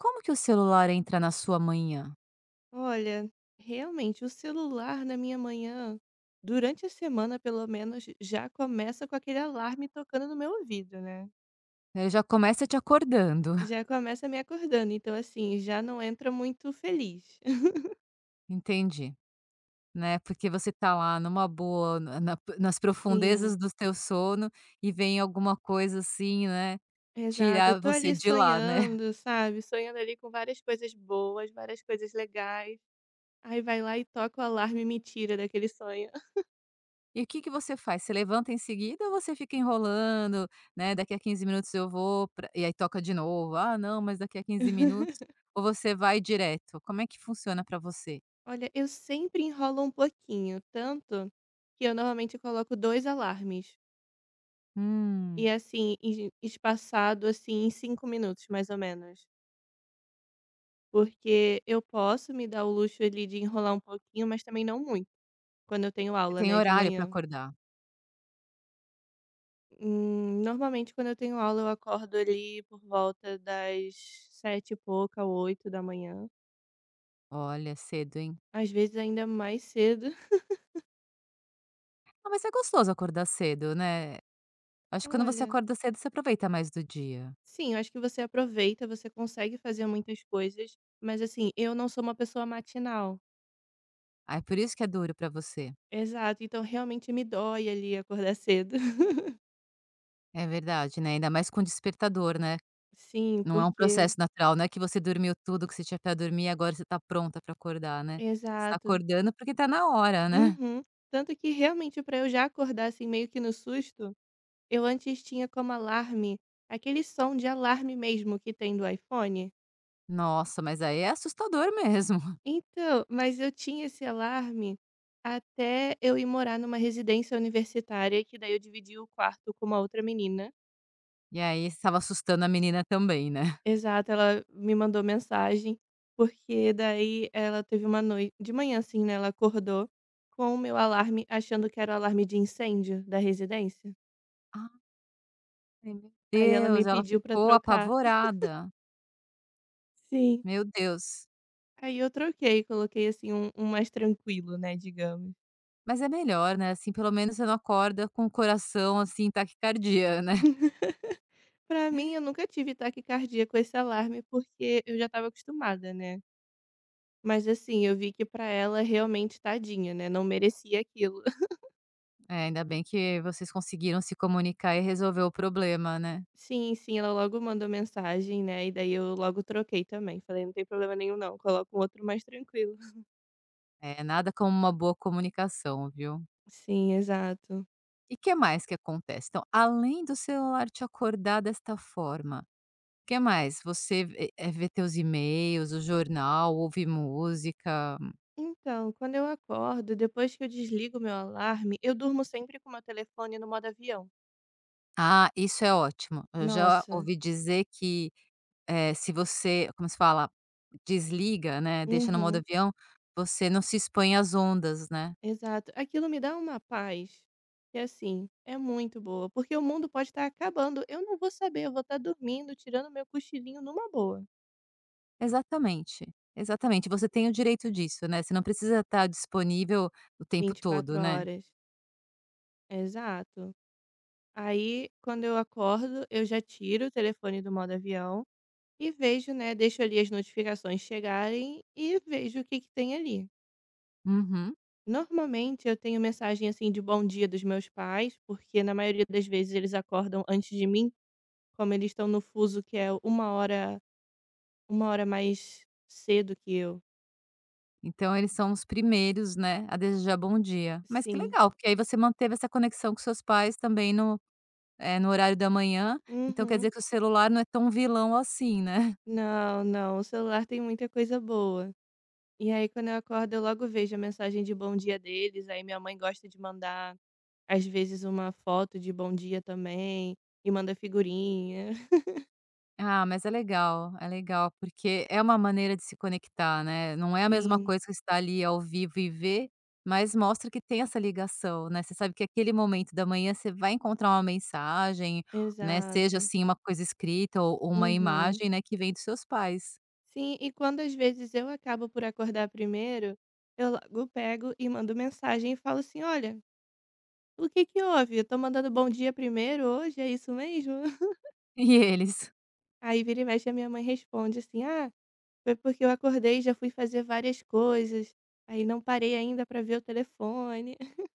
Como que o celular entra na sua manhã? Olha, realmente o celular na minha manhã, durante a semana pelo menos, já começa com aquele alarme tocando no meu ouvido, né. Ele já começa te acordando. Já começa me acordando, então assim, já não entra muito feliz. Entendi, né, porque você tá lá numa boa, na na nas Sim, profundezas do teu sono e vem alguma coisa assim, né, exato. Eu tirar tô você ali de lá, né. sonhando, sabe, sonhando ali com várias coisas boas, várias coisas legais, aí vai lá e toca o alarme e me tira daquele sonho. E o que que você faz? Você levanta em seguida ou você fica enrolando, né, daqui a 15 minutos eu vou pra e aí toca de novo, "Ah não, mas daqui a 15 minutos", ou você vai direto? Como é que funciona pra você? Olha, eu sempre enrolo um pouquinho, tanto que eu normalmente coloco 2 alarmes. E Hum, assim, em espaçado, assim, em 5 minutos, mais ou menos. Porque eu posso me dar o luxo ali de enrolar um pouquinho, mas também não muito, quando eu tenho você aula, tem né, de horário pra manhã. acordar. Normalmente quando eu tenho aula eu acordo ali por volta das 7 e pouca, 8 da manhã. Olha, cedo, hein. Às vezes ainda mais cedo. Ah, mas é gostoso acordar cedo, né. Acho que quando você Olha, acorda cedo, você aproveita mais do dia. sim, eu acho que você aproveita, você consegue fazer muitas coisas, mas assim, eu não sou uma pessoa matinal. Aí por isso que é duro pra você. Exato, então realmente me dói ali acordar cedo. É verdade, né, ainda mais com despertador, né. Sim, Não é um porque processo natural, não é que você dormiu tudo que você tinha pra dormir e agora você tá pronta pra acordar, né. Você tá exato. acordando porque tá na hora, né. Uhum. Tanto que realmente para eu já acordar, assim, meio que no susto, eu antes tinha como alarme aquele som de alarme mesmo que tem do iPhone. Nossa, mas aí é assustador mesmo. Então, mas eu tinha esse alarme até eu ir morar numa residência universitária, que daí eu dividi o quarto com uma outra menina. E aí estava assustando a menina também, né. Exato, ela me mandou mensagem, porque daí ela teve uma noite de manhã, assim, né, ela acordou com o meu alarme, achando que era o alarme de incêndio da residência. Ai, meu Aí ela me Deus, ela pediu pra ficou trocar. apavorada. Sim. Meu Deus. Aí eu troquei, coloquei, assim, um mais tranquilo, né, digamos. Mas é melhor, né, assim, pelo menos você não acorda com o coração, assim, em taquicardia, né. Pra mim, eu nunca tive taquicardia com esse alarme, porque eu já estava acostumada, né. Mas, assim, eu vi que pra ela, realmente, tadinha, né, não merecia aquilo. É, ainda bem que vocês conseguiram se comunicar e resolver o problema, né. Sim, sim, ela logo mandou mensagem, né, e daí eu logo troquei também, falei: "Não tem problema nenhum não, coloca um outro mais tranquilo". É, nada como uma boa comunicação, viu. Sim, exato. E que mais que acontece? Então, além do celular te acordar desta forma, o que mais? Você vê teus e-mails, o jornal, ouvir música? Então, quando eu acordo, depois que eu desligo meu alarme, eu durmo sempre com o meu telefone no modo avião. Ah, isso é ótimo. Eu já Nossa, ouvi dizer que eh, se você, como se fala, desliga, né, deixa no modo uhum, avião, você não se expõe às ondas, né. exato. Aquilo me dá uma paz, que assim, é muito boa, porque o mundo pode estar acabando, eu não vou saber, eu vou estar dormindo, tirando meu cochilinho numa boa. Exatamente, exatamente, você tem o direito disso, né, você não precisa estar disponível o tempo vinte e todo, quatro né. horas. Exato. Aí, quando eu acordo, eu já tiro o telefone do modo avião e vejo, né? Deixo ali as notificações chegarem e vejo o que, que tem ali. Uhum. Normalmente eu tenho mensagem assim de bom dia dos meus pais, porque na maioria das vezes eles acordam antes de mim, como eles estão no fuso que é uma hora mais cedo que eu. Então eles são os primeiros, né, a desejar bom dia. Mas que Sim. legal, porque aí você manteve essa conexão com seus pais também no horário da manhã, então quer Uhum. dizer que o celular não é tão vilão assim, né. Não, não, o celular tem muita coisa boa. E aí, quando eu acordo, eu logo vejo a mensagem de bom dia deles. Aí minha mãe gosta de mandar, às vezes uma foto de bom dia também, e manda figurinha. Ah, mas é legal, porque é uma maneira de se conectar, né, não é a mesma Sim, coisa que estar ali ao vivo e ver, mas mostra que tem essa ligação, né, você sabe que aquele momento da manhã você vai encontrar uma mensagem, né, seja, exato. assim, uma coisa escrita ou uma Uhum. imagem, né, que vem dos seus pais. Sim, e quando às vezes eu acabo por acordar primeiro, eu logo pego e mando mensagem e falo assim: "Olha, o que que houve? Eu tô mandando bom dia primeiro hoje, é isso mesmo?" E eles. Aí vira e mexe a minha mãe responde assim: "Ah, foi porque eu acordei e já fui fazer várias coisas, aí não parei ainda pra ver o telefone".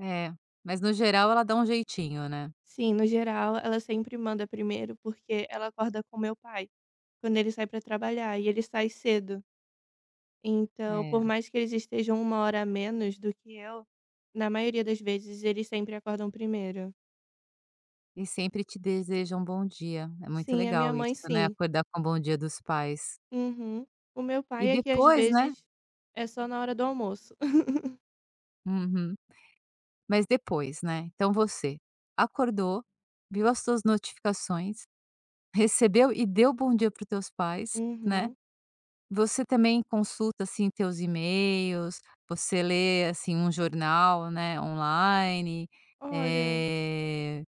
É, mas no geral ela dá um jeitinho, né. Sim, no geral ela sempre manda primeiro, porque ela acorda com meu pai, quando ele sai para trabalhar, e ele sai cedo. Então, por É. mais que eles estejam 1 hora a menos do que eu, na maioria das vezes eles sempre acordam primeiro. E sempre te deseja um bom dia, é muito Sim, a minha legal mãe isso, né, sim. acordar com o bom dia dos pais. Uhum. O meu E pai é que às depois, né. vezes é só na hora do almoço. Uhum. Mas depois, né, então você acordou, viu as suas notificações, recebeu e deu bom dia para os teus pais, né. Uhum. Você também consulta, assim, teus e-mails, você lê, assim, um jornal, né, online, Olha, eh,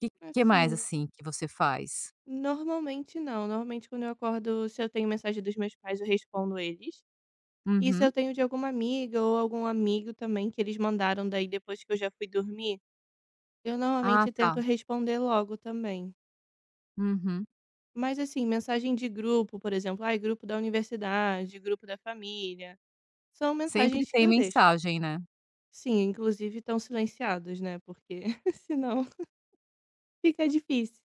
que mais, assim, assim, que você faz? normalmente não, normalmente quando eu acordo, se eu tenho mensagem dos meus pais, eu respondo eles. E se Uhum. eu tenho de alguma amiga ou algum amigo também que eles mandaram daí depois que eu já fui dormir, eu Ah, normalmente tento tá. responder logo também. Uhum. Mas assim, mensagem de grupo, por exemplo, ai, grupo da universidade, grupo da família, são Sempre mensagens que tem eu deixo. mensagem, né? Sim, inclusive estão silenciados, né? Porque senão fica difícil.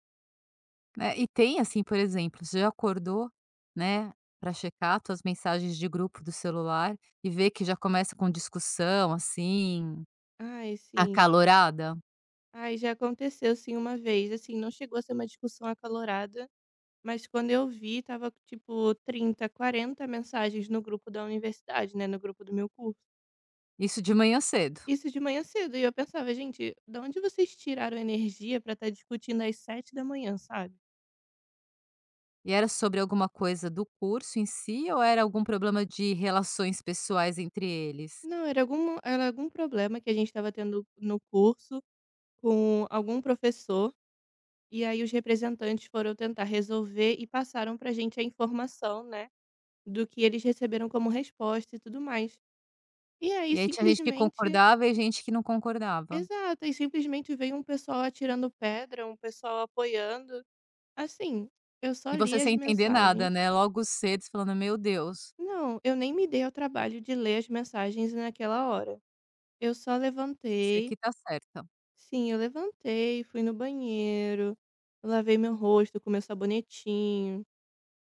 Né, e tem assim, por exemplo, você já acordou, né, para checar tuas mensagens de grupo do celular e ver que já começa com discussão, assim, Ai, sim. acalorada? Ai, já aconteceu sim uma vez, assim, não chegou a ser uma discussão acalorada, mas quando eu vi, tava tipo 30, 40 mensagens no grupo da universidade, né, no grupo do meu curso. Isso de manhã cedo. Isso de manhã cedo, e eu pensava: "Gente, da onde vocês tiraram energia pra estar discutindo às 7 da manhã, sabe?". E era sobre alguma coisa do curso em si ou era algum problema de relações pessoais entre eles? Não, era algum problema que a gente estava tendo no curso com algum professor, e aí os representantes foram tentar resolver e passaram pra gente a informação, né, do que eles receberam como resposta e tudo mais. E aí E aí tinha gente que simplesmente concordava e gente que não concordava. exato, e simplesmente veio um pessoal atirando pedra, um pessoal apoiando. Assim, eu só E li você as sem entender nada, mensagens. né, logo cedo você falando: "Meu Deus, Não, eu nem me dei ao trabalho de ler as mensagens naquela hora. Eu só você levantei. que tá certa, Sim, eu levantei, fui no banheiro, lavei meu rosto com meu sabonetinho,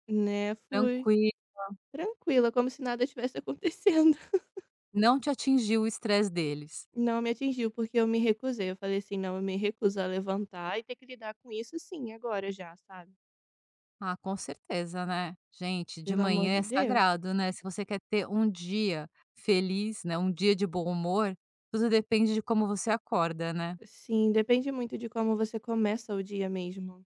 né? Fui tranquilo, tranquila, como se nada tivesse acontecendo. não te atingiu o estresse deles". Não me atingiu, porque eu me recusei. Eu falei assim: não, eu me recuso a levantar e ter que lidar com isso sim, agora já, sabe? Ah, com certeza, né. Gente, de Pelo amor manhã de é Deus. sagrado, né. Se você quer ter um dia feliz, né, um dia de bom humor, tudo depende de como você acorda, né. Sim, depende muito de como você começa o dia mesmo.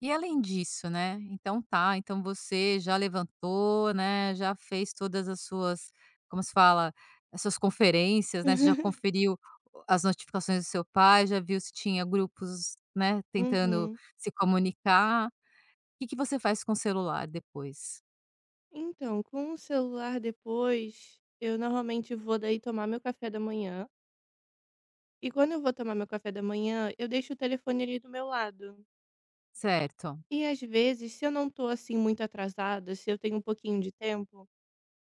E além disso, né, então tá, então você já levantou, né, já fez todas as suas, como se fala? As suas conferências, né, você já conferiu as notificações do seu pai, já viu se tinha grupos, né, tentando Uhum. se comunicar. O que que você faz com o celular depois, Então, com o celular depois, eu normalmente vou daí tomar meu café da manhã. E quando eu vou tomar meu café da manhã, eu deixo o telefone ali do meu lado. certo? E às vezes, se eu não tô assim muito atrasada, se eu tenho um pouquinho de tempo,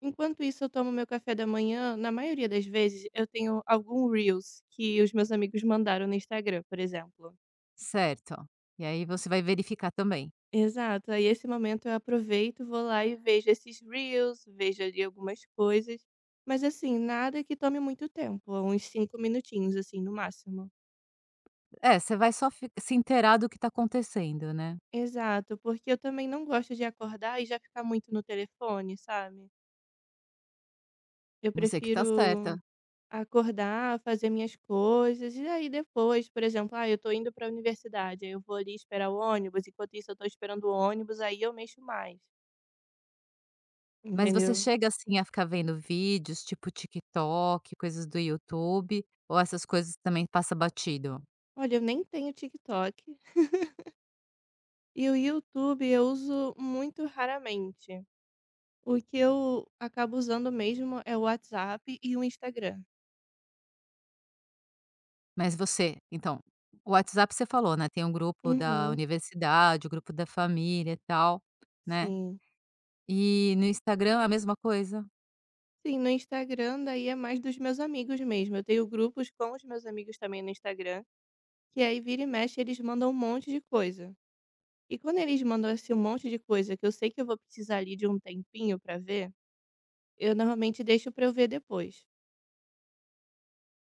enquanto isso eu tomo meu café da manhã, na maioria das vezes eu tenho algum Reels que os meus amigos mandaram no Instagram, por exemplo. Certo. E aí você vai verificar também. Exato, aí esse momento eu aproveito, vou lá e vejo esses reels, vejo ali algumas coisas, mas assim, nada que tome muito tempo, uns 5 minutinhos assim no máximo. É, você vai só fi se inteirar do que tá acontecendo, né. Exato, porque eu também não gosto de acordar e já ficar muito no telefone, sabe? Eu Você que tá prefiro certa. acordar, fazer minhas coisas e aí depois, por exemplo, ah, eu tô indo para a universidade, aí eu vou ali esperar o ônibus, enquanto isso eu tô esperando o ônibus, aí eu mexo mais, Mas você entendeu? chega, assim, a ficar vendo vídeos, tipo TikTok, coisas do YouTube, ou essas coisas também passa batido? Olha, eu nem tenho TikTok. E o YouTube eu uso muito raramente. O que eu acabo usando mesmo é o WhatsApp e o Instagram. Mas você então, o WhatsApp você falou, né, tem um grupo da Uhum, universidade, o grupo da família e tal, né. sim. E no Instagram é a mesma coisa? Sim, no Instagram daí é mais dos meus amigos mesmo. Eu tenho grupos com os meus amigos também no Instagram, que aí vira e mexe eles mandam um monte de coisa. E quando eles mandam assim um monte de coisa que eu sei que eu vou precisar ali de um tempinho pra ver, eu normalmente deixo pra eu ver depois.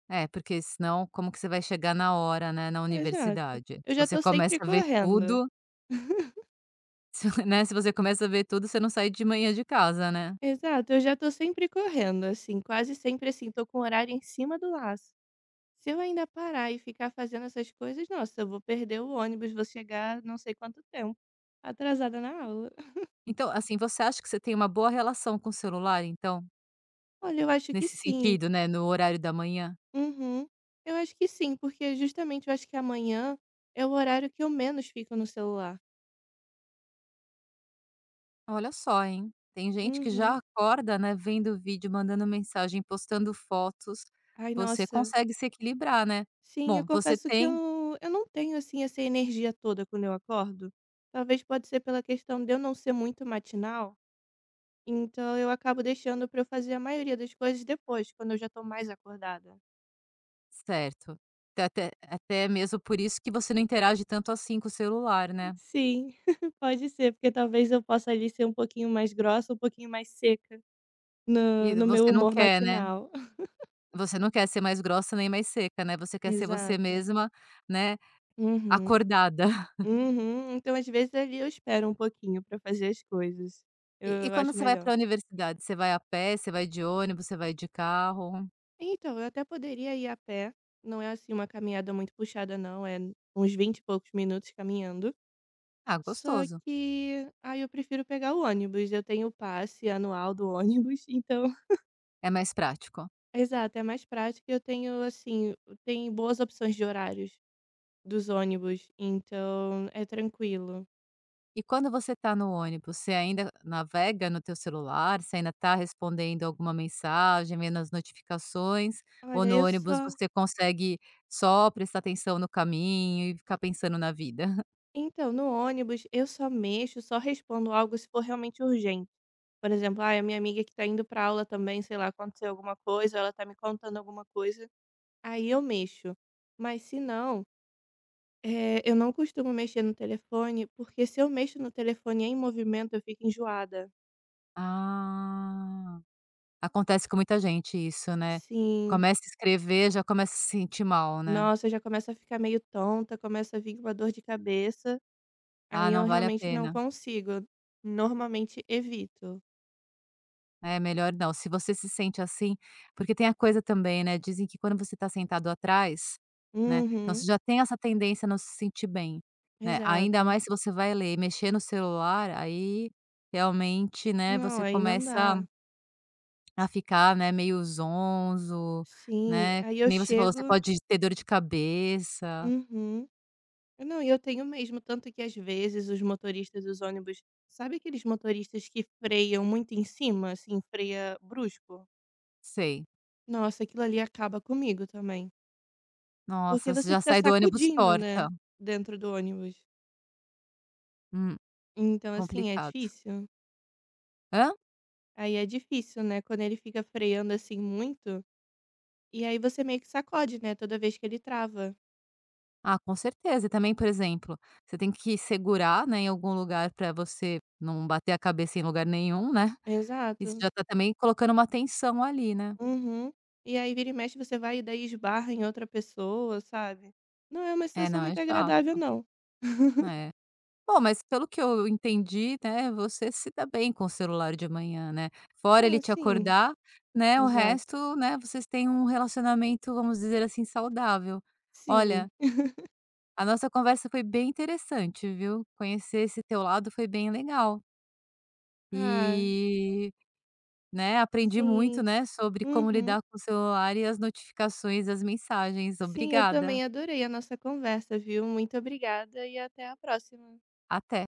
É, porque senão como que você vai chegar na hora, né, na Exato. universidade? Eu Se já você tô começa sempre a ver correndo. tudo. Se, né, se você começa a ver tudo, você não sai de manhã de casa, né. Exato, eu já tô sempre correndo, assim, quase sempre assim, tô com o horário em cima do laço. Se eu ainda parar e ficar fazendo essas coisas, nossa, eu vou perder o ônibus, vou chegar não sei quanto tempo atrasada na aula. Então, assim, você acha que você tem uma boa relação com o celular então? Olha, eu acho que Nesse sim. sentido, né, no horário da manhã? Uhum. Eu acho que sim, porque justamente eu acho que amanhã é o horário que eu menos fico no celular. Olha só, hein. Tem gente que Uhum. já acorda, né, vendo vídeo, mandando mensagem, postando fotos. Ai, Você nossa. consegue se equilibrar, né. Sim, eu Bom, você confesso que tem eu não tenho, assim, essa energia toda quando eu acordo. Talvez pode ser pela questão de eu não ser muito matinal. Então eu acabo deixando pra eu fazer a maioria das coisas depois, quando eu já tô mais acordada. certo. Até mesmo por isso que você não interage tanto assim com o celular, né. Sim, pode ser, porque talvez eu possa ali ser um pouquinho mais grossa, um pouquinho mais seca E no meu você não humor quer, né, matinal. você não quer ser mais grossa nem mais seca, né, você quer ser você Exato. mesma, né. Uhum. Acordada. Uhum, então às vezes ali eu espero um pouquinho pra fazer as coisas. E Eu quando acho você vai melhor. para a universidade, você vai a pé, você vai de ônibus, você vai de carro? Então, eu até poderia ir a pé, não é assim uma caminhada muito puxada não, é uns 20 e poucos minutos caminhando. Ah, Só gostoso, que, aí eu prefiro pegar o ônibus, eu tenho o passe anual do ônibus, então é mais prático. exato, é mais prático, eu tenho, assim, tem boas opções de horários dos ônibus, então é tranquilo. E quando você está no ônibus, você ainda navega no teu celular, você ainda está respondendo alguma mensagem, vendo as notificações, ou Olha, no eu ônibus só você consegue só prestar atenção no caminho e ficar pensando na vida? então, no ônibus eu só mexo, só respondo algo se for realmente urgente. Por exemplo, ai, a minha amiga que tá indo pra aula também, sei lá, aconteceu alguma coisa, ela tá me contando alguma coisa, aí eu mexo. Mas se não, eu não costumo mexer no telefone, porque se eu mexo no telefone em movimento, eu fico enjoada. Ah, acontece com muita gente isso, né. Sim. Começa a escrever, já começa a se sentir mal, né. Nossa, eu já começa a ficar meio tonta, começa a vir uma dor de cabeça. Ah, Aí eu não vale a realmente não pena. consigo. Eu Normalmente evito. É melhor não, se você se sente assim, porque tem a coisa também, né, dizem que quando você está sentado atrás, né, então Uhum, você já tem essa tendência a não se sentir bem, né, ainda exato. mais se você vai ler e mexer no celular, aí realmente, né, Não, você aí não começa dá. a ficar, né, meio zonzo, Sim, né, aí que eu nem você falou, você chego. pode ter dor de cabeça, Uhum. Não, e eu tenho mesmo, tanto que às vezes os motoristas dos ônibus, sabe aqueles motoristas que freiam muito em cima, assim, freia brusco? sei. Nossa, aquilo ali acaba comigo também. Porque Nossa, você você já fica sai do ônibus sacudindo, torta. né, dentro do ônibus. Hum, Então, assim, é complicado. difícil. Hã? Aí é difícil, né, quando ele fica freando assim muito. E aí você meio que sacode, né, toda vez que ele trava. Ah, com certeza. E também, por exemplo, você tem que segurar, né, em algum lugar para você não bater a cabeça em lugar nenhum, né. Isso Exato. já tá também colocando uma tensão ali, né. Uhum. E aí vira e mexe, você vai e daí esbarra em outra pessoa, sabe? Não é uma É, situação não, é muito agradável, chato. não. É. Bom, mas pelo que eu entendi, né, você se dá bem com o celular de manhã, né. Fora Ah, ele te sim. acordar, né, o Exato. resto, né, vocês têm um relacionamento, vamos dizer assim, saudável. Olha, Sim. a nossa conversa foi bem interessante, viu. Conhecer esse teu lado foi bem legal. Ah, E, né, aprendi muito, sim. né, sobre como Uhum. lidar com o celular e as notificações, as mensagens. Sim, eu Obrigada, também adorei a nossa conversa, viu? Muito obrigada e até a próxima. até.